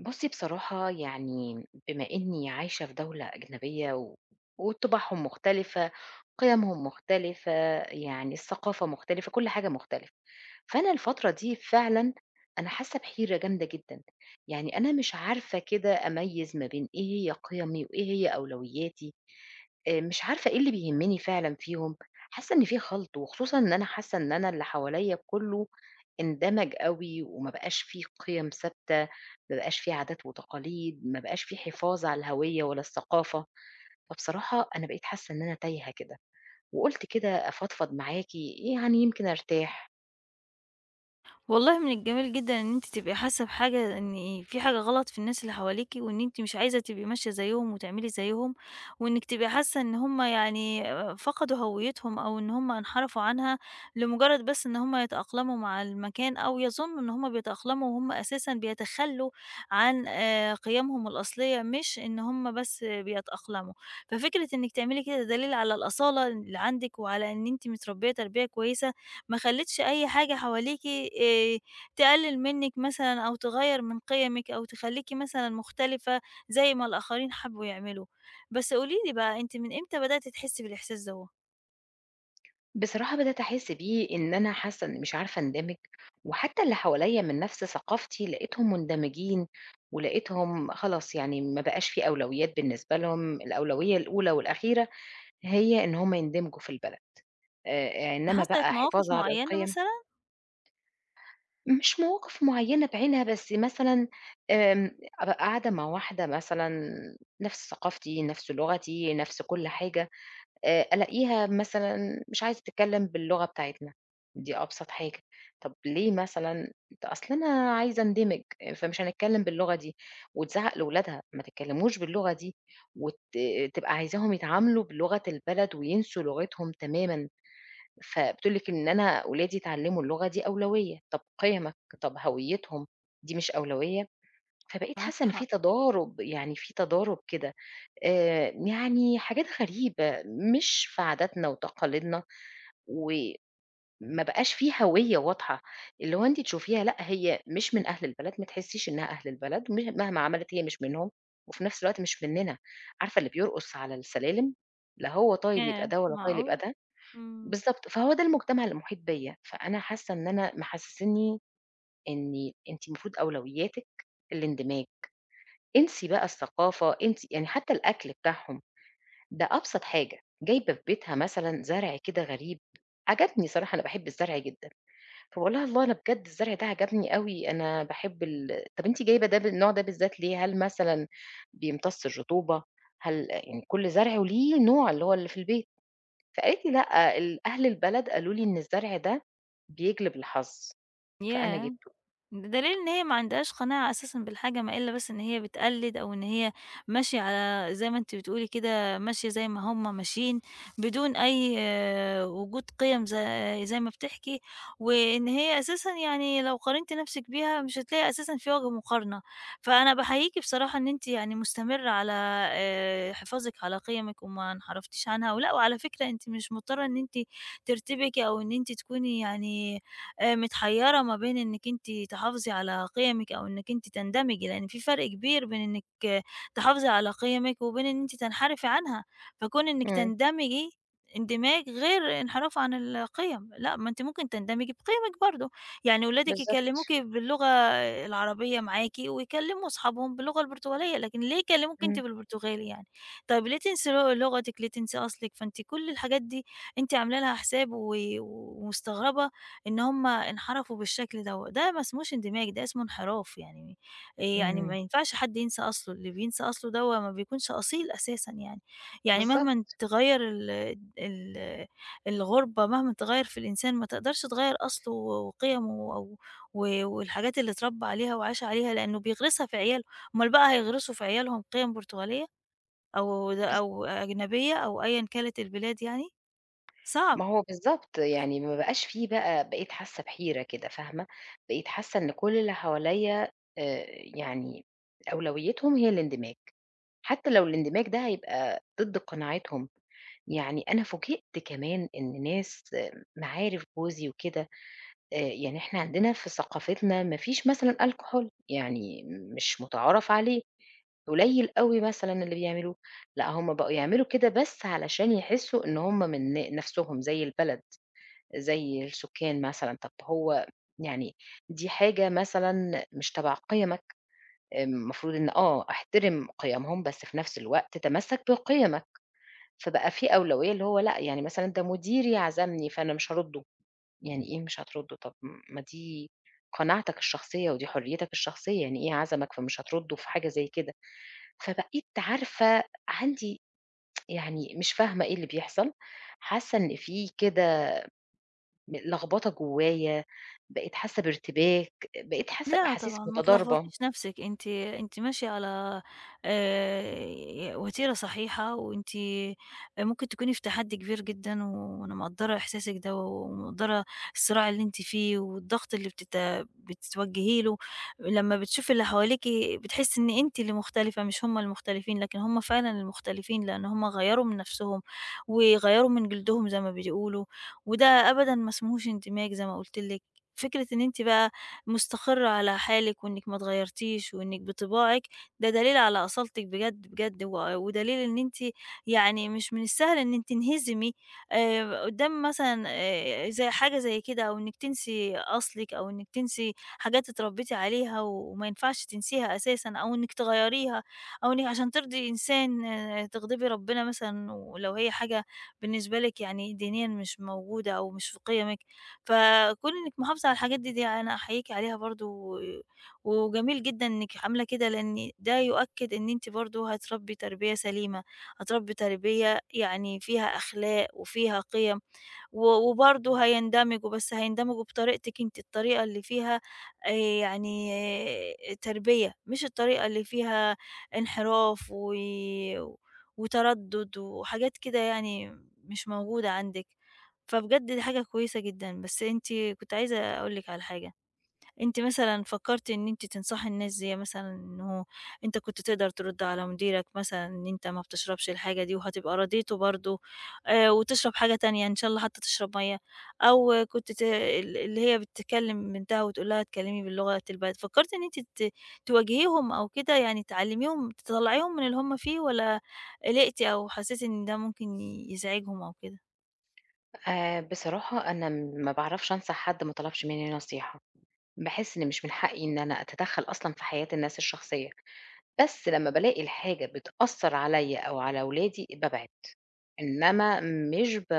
بُصّي بصراحة يعني بما إنّي عايشة في دولة أجنبية و وطِباعهم مختلفة، قِيَمهم مختلفة، يعني الثقافة مختلفة، كل حاجة مختلفة. فأنا الفترة دي فعلًا أنا حاسة بحيرة جامدة جدًا، يعني أنا مش عارفة كده أميّز ما بين إيه هي قيمي وإيه هي أولوياتي، مش عارفة إيه اللي بيهمني فعلًا فيهم، حاسة إن في خلْط، وخصوصًا إن أنا حاسة إن أنا اللي حواليّا كلّه اندمج أوي وما بقاش في قيم ثابتة، ما بقاش في عادات وتقاليد، ما بقاش في حفاظ على الهوية ولا الثقافة، فبصراحة أنا بقيت حاسة إن أنا تايهة كده، وقُلت كده أفضفض معاكِ يعني يمكن أرتاح. والله من الجميل جدًا إن أنتِ تبقي حاسة بحاجة إن في حاجة غلط في الناس اللي حواليكِ، وإن أنتِ مش عايزة تبقي ماشية زيهم وتعملي زيهم، وإنِّك تبقي حاسة إن هُم يعني فقدوا هويتهم أو إن هُم انحرفوا عنها لمجرد بس إن هُم يتأقلموا مع المكان أو يظنوا إن هُم بيتأقلموا وهُم أساسًا بيتخلّوا عن قيمهم الأصلية، مش إن هُم بس بيتأقلموا. ففكرة إنِّك تعملي كده دليل على الأصالة اللي عندِك وعلى إن أنتِ متربية تربية كويسة ما خلّيتش أي حاجة حواليكِ تقلل منِّك مثلًا أو تغيّر من قيمِك أو تخلّيكِ مثلًا مختلفة زي ما الآخرين حبّوا يعملوا. بس قولي لي بقى أنتِ من إمتى بدأتِ تحسّي بالإحساس دوّة؟ بصراحة بدأت أحس بيه إن أنا حاسة إن مش عارفة أندمج وحتى اللي حواليا من نفس ثقافتي لقيتهم مندمجين ولقيتهم خلاص يعني ما بقاش في أولويات بالنسبة لهم الأولوية الأولى والأخيرة هي إن هم يندمجوا في البلد إنما حصلِت بقى مواقف حفاظ على معيّنة القيم. مثلًا؟ مش مواقف معينة بعينها بس مثلا، أبقى قاعدة مع واحدة مثلا نفس ثقافتي نفس لغتي نفس كل حاجة، ألاقيها مثلًا مش عايزة تتكلّم باللغة بتاعتنا، دي أبسط حاجة، طَب ليه مثلًا؟ أصل أنا عايزة أندمج، فمش هنتكلّم باللغة دي، وتزعّق لولادها، ما تتكلّموش باللغة دي، وت تبقى عايزاهم يتعاملوا بلغة البلد وينسوا لغتهم تمامًا، فبتقول لِك إن أنا ولادي يتعلّموا اللغة دي أولوية، طَب قِيَمك، طَب هويتهم، دي مش أولوية؟ فبقيت معاكِ حاسة إن في حق. تضارب، يعني في تضارب كده. يعني حاجات غريبة مش في عاداتنا وتقاليدنا، وما بقاش في هوية واضحة، اللي هو أنتِ تشوفيها لأ هي مش من أهل البلد، ما تحسّيش إنها أهل البلد، مهما عملت هي مش منهم، وفي نفس الوقت مش مننا، عارفة اللي بيرقص على السلالم، لا هو طايل يبقى ياه! ده ولا طايل يبقى معقول! ده، إمم. بالضبط، فهو ده المجتمع اللي محيط بيّا، فأنا حاسة إن أنا محسسني إني أنتِ المفروض أولوياتِك الاندماج، انسي بقى الثقافة، انسي يعني حتى الأكل بتاعهم ده أبسط حاجة، جايبة في بيتها مثلًا زرع كده غريب، عجبني صراحة أنا باحب الزرع جدًا، فباقول لها: "الله أنا بجد الزرع ده عجبني أوي، أنا باحب طب أنتِ جايبة ده النوع ده بالذات ليه؟ هل مثلًا بيمتص الرطوبة؟ هل" يعني كل زرع وليه نوع اللي هو اللي في البيت، فقالت لي: "لأ، أهل البلد قالوا لي إن الزرع ده بيجلب الحظ، فأنا ياه! جبته." ده دليل إن هي ما عندهاش قناعة أساسًا بالحاجة، ما إلا بس إن هي بتقلِّد أو إن هي ماشية على زي ما أنتِ بتقولي كده، ماشية زي ما هم ماشيين، بدون أي آه، وجود قِيَم زي ما بتحكي، وإن هي أساسًا يعني لو قارنتِ نَفْسِك بيها مش هتلاقي أساسًا في وجه مقارنة. فأنا باحييكِ بصراحة إن أنتِ يعني مستمرة على حفاظِك على قِيَمِك وما انحرفتيش عنها، ولأ وعلى فكرة أنتِ مش مضطرة إن أنتِ ترتبكي أو إن أنتِ تكوني يعني متحيرة ما بين إنِّك أنتِ تحافظي على قيمِك أو إنِّك أنتِ تندمجي، لإن في فرق كبير بين إنِّك آه، تحافظي على قيمِك وبين إن أنتِ تنحرفي عنها، فكون إنِّك إمم، تندمجي اندماج غير انحراف عن القيم، لأ ما أنتِ ممكن تندمجي بقيمِك برضه، يعني ولادِك بالضبط، يكلموكِ باللغة العربية معاكِ ويكلموا أصحابهم باللغة البرتغالية، لكن ليه يكلموكِ أنتِ إمم، بالبرتغالي يعني؟ طيب ليه تنسي لغتِك، ليه تنسي أصلِك؟ فأنتِ كل الحاجات دي أنتِ عاملة لها حساب ومستغربة إن هم انحرفوا بالشكل دوّة، ده ما اسموش اندماج، ده اسمه انحراف يعني يعني إمم، ما ينفعش حد ينسى أصله، اللي بينسى أصله دوّة ما بيكونش أصيل أساسًا يعني، يعني بالضبط، مهمًا تغيّر ال الغُربة، مهمًا تغيّر في الإنسان ما تقدرش تغيّر أصله وقيمه أو والحاجات اللي اتربى عليها وعاش عليها، لإنه بيغرسها في عياله، أُمّال بقى هيغرسوا في عيالهم قيم برتغالية أو بالضبط. أو أجنبية أو أيًا كانت البلاد يعني؟ ما صعب. هو بالضبط، يعني ما بقاش في بقى بقيت حاسة بحيرة كده فاهمة، بقيت حاسة إن كل اللي حواليّا آآ يعني أولويتهم هي الاندماج، حتى لو الاندماج ده هيبقى ضد قناعاتهم، يعني أنا فوجئت كمان إن ناس معارف جوزي وكده، يعني إحنا عندنا في ثقافتنا ما فيش مثلًا alcohol يعني مش متعارف عليه، قليل أوي مثلًا اللي بيعملوه، لأ هُم بقوا يعملوا كده بس علشان يحسوا إن هُم من نَفْسهم زي البلد. زي السُكّان مثلًا، طَب هو يعني دي حاجة مثلًا مش تبع قِيَمك، المفروض إن أحترم قِيَمهم بس في نفس الوقت تمسّك بقِيَمك، فبقى في أولوية اللي هو لأ، يعني مثلًا ده مديري عزمني فأنا مش هارُدّه، يعني إيه مش هترُدّه؟ طَب ما دي قناعتك الشخصية ودي حريتك الشخصية، يعني إيه عزمك فمش هترُدّه في حاجة زي كده؟ فبقيت عارفة عندي يعني مش فاهمة إيه اللي بيحصل، حاسة إن في كده لخبطة جوايا، بقيت حاسة بارتباك، بقيت حاسة لا بأحاسيس طبعًا، ما متضاربة. تلخبطيش نَفْسِك، أنتِ ماشية على وتيرة صحيحة، وأنتِ ممكن تكوني في تحدّي كبير جدًا، وأنا مقدّرة إحساسِك ده، ومقدّرة الصراع اللي أنتِ فيه، والضغط اللي بتتوجّهي له، لمّا بتشوفي اللي حواليكِ بتحسّي إن أنتِ اللي مختلفة مش هم المختلفين، لكن هم فعلًا المختلفين، لإن هم غيّروا من نَفْسهم، وغيّروا من جلدهم زي ما بيقولوا، وده أبدًا ما اسمهوش اندماج زي ما قُلت لِك. فكرة إن أنتِ بقى مستقرة على حالِك وإنِّك ما اتغيّرتيش وإنِّك بطباعِك، ده دليل على أصالتِك بجد، بجد، ودليل إن أنتِ يعني مش من السهل إنِّك تنهزمي قدّام مثلًا زي حاجة زي كده أو إنِّك تنسي أصلِك أو إنِّك تنسي حاجات اتربّيتِ عليها وما ينفعش تنسيها أساسًا أو إنِّك تغيّريها أو إنِّك عشان ترضي إنسان آه، تغضبي ربنا مثلًا ولو هي حاجة بالنسبة لِك يعني دينيًا مش موجودة أو مش في قِيَمِك، فكون إنِّك محافظة على الحاجات دي، دي أنا أحييكِ عليها برضه وجميل جدًا إنِّك عاملة كده، لإن ده يؤكد إن أنتِ برضه هتربّي تربية سليمة، هتربّي تربية يعني فيها أخلاق وفيها قِيَم و وبرضه هيندمجوا، بس هيندمجوا بطريقتِك أنتِ، الطريقة اللي فيها آآ يعني آه، تربية، مش الطريقة اللي فيها انحراف وتردُّد وحاجات كده يعني مش موجودة عندِك، فبجد دي حاجة كويسة جدًا. بس أنتِ كنت عايزة أقول لِك على حاجة. أنتِ مثلًا فكرتِ إن أنتِ تنصحي الناس زي مثلًا إنه أنت كنت تقدر ترد على مديرك مثلًا إن أنت ما بتشربش الحاجة دي وهتبقى راضيته برضه، وتشرب حاجة تانية إن شاء الله حتى تشرب مَيّة، أو كنت اللي هي بتكلم بنتها وتقول لها اتكلمي بلغة البلد، فكرتِ إن أنتِ تواجهيهم أو كده يعني تعلميهم تطلعيهم من اللي هُم فيه والّا قلقتِ أو حسيتِ إن ده ممكن يزعجهم أو كده؟ بصراحة أنا ما باعرفش أنصح حد ما طلبش منّي نصيحة، باحس إن مش من حقي إن أنا أتدخّل أصلًا في حياة الناس الشخصية، بس لمّا بالاقي الحاجة بتأثّر عليّا أو على ولادي بابعد، إنّما مش ب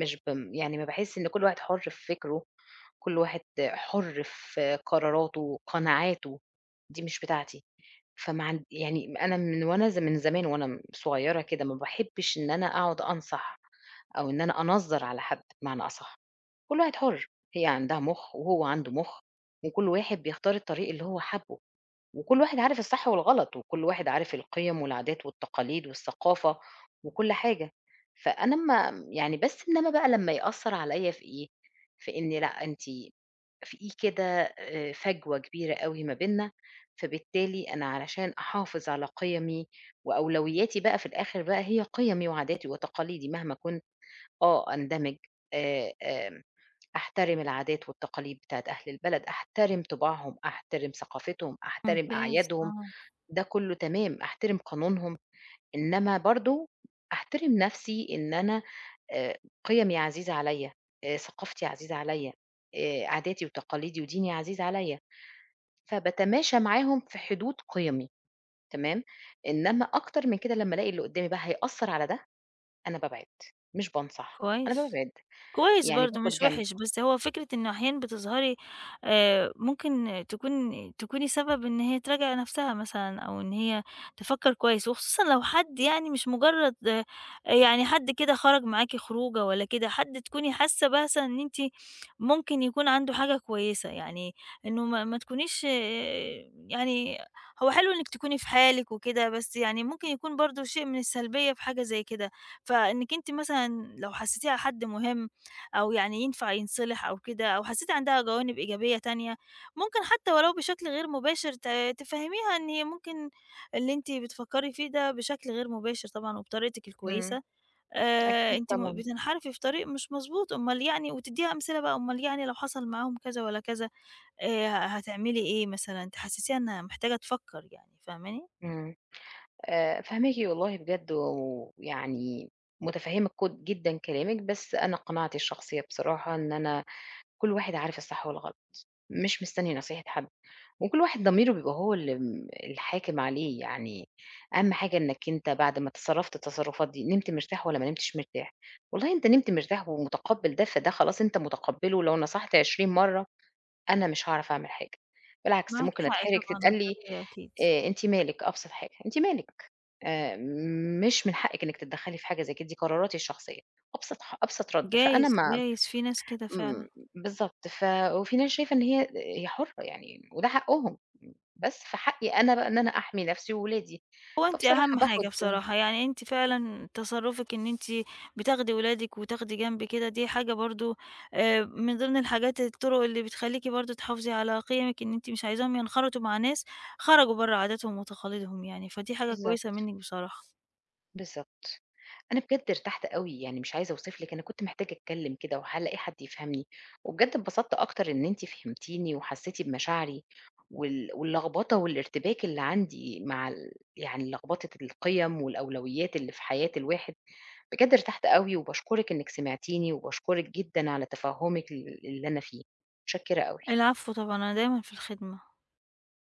مش ب يعني ما باحس إن كل واحد حُر في فكره، كل واحد حُر في قراراته، قناعاته، دي مش بتاعتي. فما عن يعني أنا من وأنا من زمان وأنا صغيرة كده ما باحبش إن أنا أقعد أنصح أو إن أنا أنظّر على حد بمعنى أصح، كل واحد حُر، هي عندها مُخ وهو عنده مُخ، وكل واحد بيختار الطريق اللي هو حابّه. وكل واحد عارف الصح والغلط، وكل واحد عارف القِيَم والعادات والتقاليد والثقافة وكل حاجة، فأنا أمّا يعني بس إنّما بقى لمّا يأثّر عليّا في إيه، في إن لأ أنتِ في إيه كده فجوة كبيرة أوي ما بيننا، فبالتالي أنا علشان أحافظ على قِيَمي وأولوياتي بقى في الآخر بقى هي قِيَمي وعاداتي وتقاليدي مهما كنت أندمج، آمم أحترم العادات والتقاليد بتاعة أهل البلد، أحترم طِباعهم، أحترم ثقافتهم، أحترم ممتاز، أعيادهم. آه. ده كله تمام، أحترم قانونهم، إنما برضه أحترم نفسي إن أنا آآ قِيَمي عزيزة عليّا، ثقافتي عزيزة عليّا، عاداتي وتقاليدي وديني عزيز عليّا، فباتماشى معاهم في حدود قِيَمي تمام، إنما أكتر من كده لمّا ألاقي اللي قدّامي بقى هيأثّر على ده، أنا بابعد، مش بانصح، أنا كويس. بابعد، كويس يعني برضه باخد مش جنب. وِحِش، بس هو فكرة إنه أحيانًا بتظهري ممكن تكوني سبب إن هي تراجع نَفْسها مثلًا أو إن هي تفكّر كويس، وخصوصًا لو حد يعني مش مجرّد يعني حد كده خرج معاكِ خروجة والّا كده، حد تكوني حاسة مثلًا إن أنتِ ممكن يكون عنده حاجة كويسة، يعني إنه ما تكونيش آه، يعني هو حلو إنِّك تكوني في حالِك وكده، بس يعني ممكن يكون برضه شيء من السلبية في حاجة زي كده، فإنِّك أنتِ مثلًا لو حسّيتيه على حد مهم أو يعني ينفع ينصلح أو كده، أو حسيتِ عندها جوانب إيجابية تانية، ممكن حتى ولو بشكل غير مباشر تفهميها إن هي ممكن اللي أنتِ بتفكّري فيه ده بشكل غير مباشر طبعًا وبطريقتِك إمم، الكويسة، أكيد أنتِ طبعًا. بتنحرفي في طريق مش مضبوط، أُمّال يعني وتدّيها أمثلة بقى، أُمّال يعني لو حصل معاهم كذا والّا كذا هتعملي إيه مثلًا، تحسسيها إنها محتاجة تفكّر يعني، فاهماني؟ إمم. فاهماكِ والله بجد، ويعني متفهمة كد جدًا كلامِك، بس أنا قناعتي الشخصية بصراحة إن أنا كل واحد عارف الصح والغلط، مش مستني نصيحة حد، وكل واحد ضميره بيبقى هو اللي الحاكم عليه، يعني أهم حاجة إنك أنت بعد ما تصرفت التصرفات دي نمت مرتاح والّا ما نمتش مرتاح، والله أنت نمت مرتاح ومتقبل ده، فده خلاص أنت متقبله ولو نصحت 20 مرة أنا مش هاعرف أعمل حاجة، بالعكس معاكِ ممكن حق أتحرج طبعًا، تتقال لي، نظرية أكيد. أنتِ مالِك، أبسط حاجة، أنتِ مالِك؟ آآ مش من حقِك إنِّك تتدخّلي في حاجة زي كده، دي قراراتي الشخصية، أبسط أبسط رَد، فأنا جايز، ما جايز في ناس كده إمم، فعلًا. بالضبط، وفي ناس شايفة إن هي حُرّة يعني وده حقّهم، بس في حقّي أنا بقى إن أنا أحمي نَفْسي وولادي، هو أنتِ فبصراحة أهم حاجة باخُد بصراحة، يعني أنتِ فعلًا تصرُّفِك إن أنتِ بتاخدي ولادِك وتاخدي جنب كده، دي حاجة برضه من ضمن الطُرق اللي بتخلّيكِ برضه تحافظي على قيمِك، إن أنتِ مش عايزاهم ينخرطوا مع ناس خرجوا برّه عاداتهم وتقاليدهم يعني، فدي حاجة كويسة بالضبط، منِّك بصراحة. بالضبط. أنا بجد ارتحت أوي، يعني مش عايزة أوصف لِك أنا كنت محتاجة أتكلّم كده وهالاقي حد يفهمني، وبجد اتبسطت أكتر إن أنتِ فهمتيني وحسّيتِ بمشاعري واللخبطة والارتباك اللي عندي مع يعني لخبطة القِيَم والأولويات اللي في حياة الواحد، بجد ارتحت أوي وباشكرِك إنِّك سمعتيني وباشكرِك جدًا على تفهُّمِك اللي أنا فيه، متشكرة أوي. العفو طبعًا، أنا دايمًا في الخدمة.